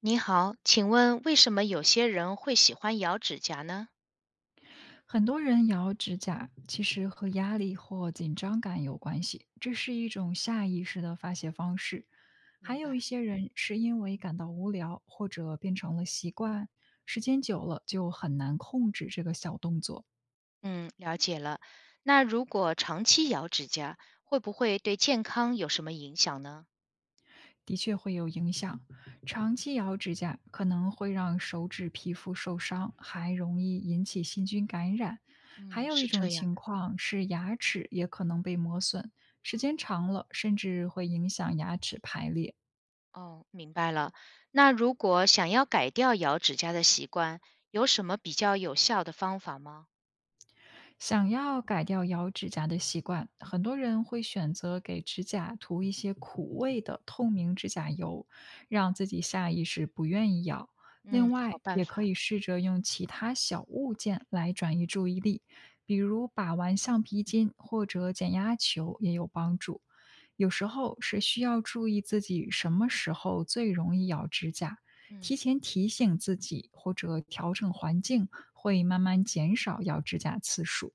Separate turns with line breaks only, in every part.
你好，请问为什么有些人会喜欢咬指甲呢？
很多人咬指甲，其实和压力或紧张感有关系，这是一种下意识的发泄方式。还
明
有一
白。
些人是因为感到无聊或者变成了习惯，时间久了就很难控制这个小动作。
嗯，了解了。那如果长期咬指甲，会不会对健康有什么影响呢？
的确会有影响。长期咬指甲可能会让手指皮肤受伤，还容易引起细菌感染。还
嗯，
有一
是
种
这样
情
的。
况是牙齿也可能被磨损，时间长了甚至会影响牙齿排列。
哦，明白了。那如果想要改掉咬指甲的习惯，有什么比较有效的方法吗？
想要改掉咬指甲的习惯，很多人会选择给指甲涂一些苦味的透明指甲油，让自己下意识不愿意咬。另
嗯，好
外，
办
也可
法。
以试着用其他小物件来转移注意力，比如把玩橡皮筋或者减压球也有帮助。有时候是需要注意自己什么时候最容易咬指甲，提
嗯，
前提醒自己或者调整环境，会慢慢减少咬指甲次数。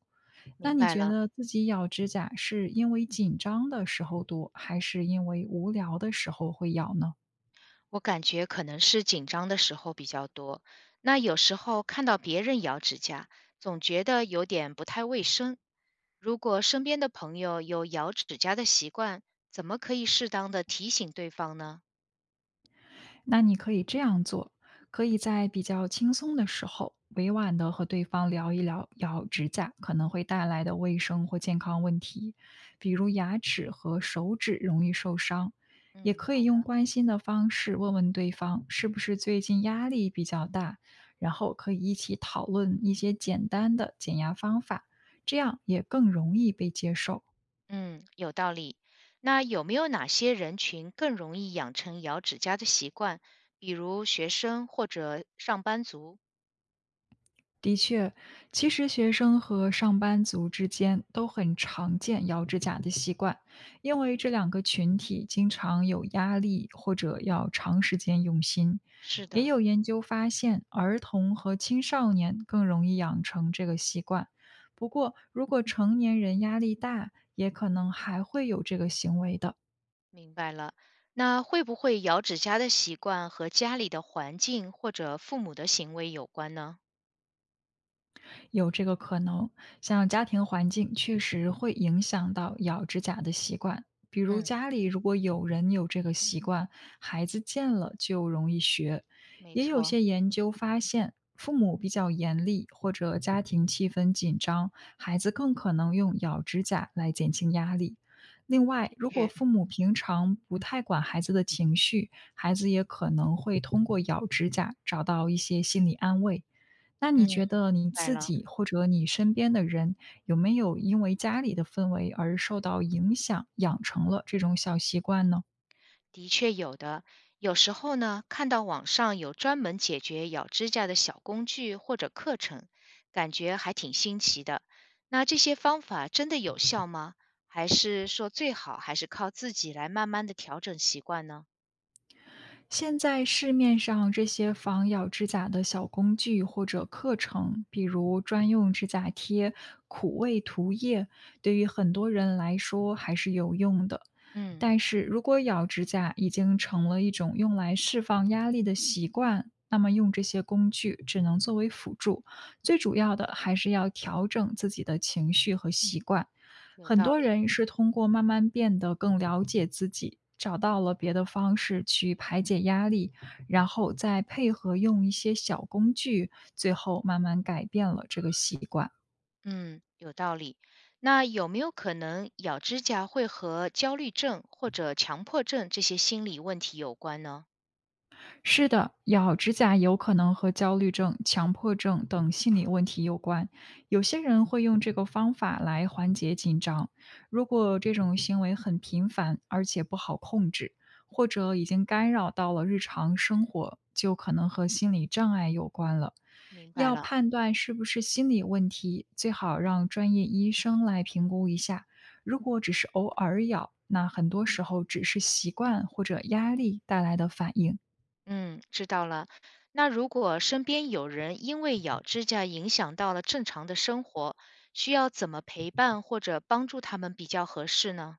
那
明
你
白
觉
了。
得自己咬指甲是因为紧张的时候多，还是因为无聊的时候会咬呢？
我感觉可能是紧张的时候比较多，那有时候看到别人咬指甲，总觉得有点不太卫生。如果身边的朋友有咬指甲的习惯，怎么可以适当的提醒对方呢？
那你可以这样做，可以在比较轻松的时候，委婉的和对方聊一聊咬指甲可能会带来的卫生或健康问题，比如牙齿和手指容易受伤。也
嗯，
可以
好
用
的。
关心的方式问问对方是不是最近压力比较大，然后可以一起讨论一些简单的减压方法，这样也更容易被接受。
嗯，有道理。那有没有哪些人群更容易养成咬指甲的习惯？比如学生或者上班族？
的确，其实学生和上班族之间都很常见咬指甲的习惯，因为这两个群体经常有压力或者要长时间用心。
是
也
的，
有研究发现，儿童和青少年更容易养成这个习惯。不过，如果成年人压力大，也可能还会有这个行为的。
明白了。那会不会咬指甲的习惯和家里的环境或者父母的行为有关呢？
有这个可能。像家庭环境确实会影响到咬指甲的习惯，比如
嗯，
家里如果有人有这个习惯，孩子见了就容易学。
没
也有
错，
些研究发现，父母比较严厉或者家庭气氛紧张，孩子更可能用咬指甲来减轻压力。另外，如果
是，
父母平常不太管孩子的情绪，孩子也可能会通过咬指甲找到一些心理安慰，那你
嗯，明
觉得你
白
自
了。
己或者你身边的人，有没有因为家里的氛围而受到影响，养成了这种小习惯呢？
的确有的，有时候呢，看到网上有专门解决咬指甲的小工具或者课程，感觉还挺新奇的。那这些方法真的有效吗？还是说最好还是靠自己来慢慢的调整习惯呢？
现在市面上这些防咬指甲的小工具或者课程，比如专用指甲贴、苦味涂液，对于很多人来说还是有用的。
嗯，
但是如果咬指甲已经成了一种用来释放压力的习惯，那么用这些工具只能作为辅助，最主要的还是要调整自己的情绪和习惯。
有
很
道
多
理。
人是通过慢慢变得更了解自己，找到了别的方式去排解压力，然后再配合用一些小工具，最后慢慢改变了这个习惯。
嗯，有道理。那有没有可能咬指甲会和焦虑症或者强迫症这些心理问题有关呢？
是的，咬指甲有可能和焦虑症、强迫症等心理问题有关。有些人会用这个方法来缓解紧张。如果这种行为很频繁，而且不好控制，或者已经干扰到了日常生活，就可能和心理障碍有关了。
明白
要
了。
判断是不是心理问题，最好让专业医生来评估一下。如果只是偶尔咬，那很多时候只是习惯或者压力带来的反应。
嗯，知道了。那如果身边有人因为咬指甲影响到了正常的生活，需要怎么陪伴或者帮助他们比较合适呢？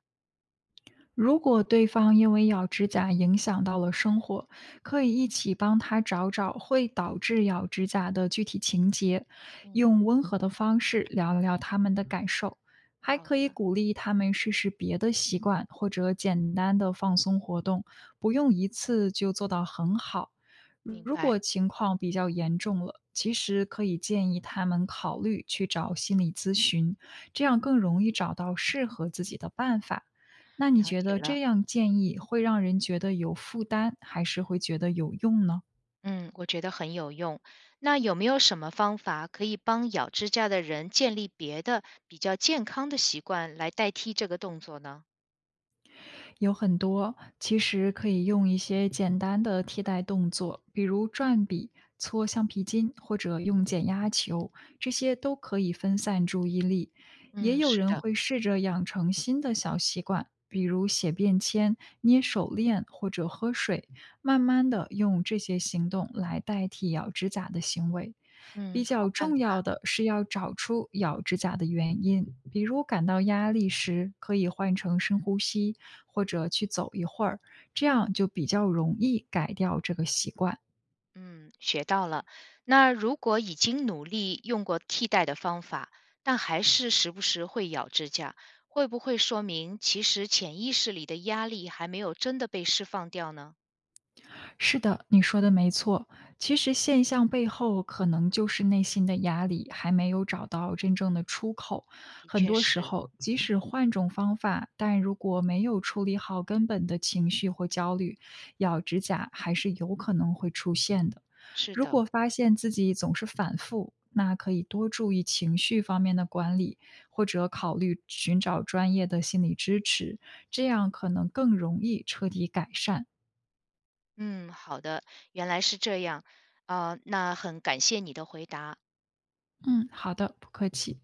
如果对方因为咬指甲影响到了生活，可以一起帮他找找会导致咬指甲的具体情节，
嗯，
用温和的方式聊聊他们的感受，还
好
可
的，
以鼓励他们试试别的习惯或者简单的放松活动，不用一次就做到很好。
明
如
白，
果情况比较严重了，其实可以建议他们考虑去找心理咨询，这样更容易找到适合自己的办法。那你
了
觉
解
得这
了。
样建议会让人觉得有负担，还是会觉得有用呢？
嗯，我觉得很有用。那有没有什么方法可以帮咬指甲的人建立别的比较健康的习惯来代替这个动作呢？
有很多其实可以用一些简单的替代动作，比如转笔、搓橡皮筋或者用减压球，这些都可以分散注意力。也
嗯，
有
是
人
的，
会试着养成新的小习惯，比如写便签、捏手链或者喝水，慢慢的用这些行动来代替咬指甲的行为。比
嗯，好
较
办
重
法。
要的是要找出咬指甲的原因，比如感到压力时，可以换成深呼吸，或者去走一会儿，这样就比较容易改掉这个习惯。
嗯，学到了。那如果已经努力用过替代的方法，但还是时不时会咬指甲，会不会说明其实潜意识里的压力还没有真的被释放掉呢？
是的，你说的没错。其实现象背后可能就是内心的压力还没有找到真正的出口。
的
很
确
多时
是，
候，即使换种方法，但如果没有处理好根本的情绪或焦虑，咬指甲还是有可能会出现的。
是
如
的。
果发现自己总是反复，那可以多注意情绪方面的管理，或者考虑寻找专业的心理支持，这样可能更容易彻底改善。
嗯，好的，原来是这样。啊、那很感谢你的回答。
嗯，好的，不客气。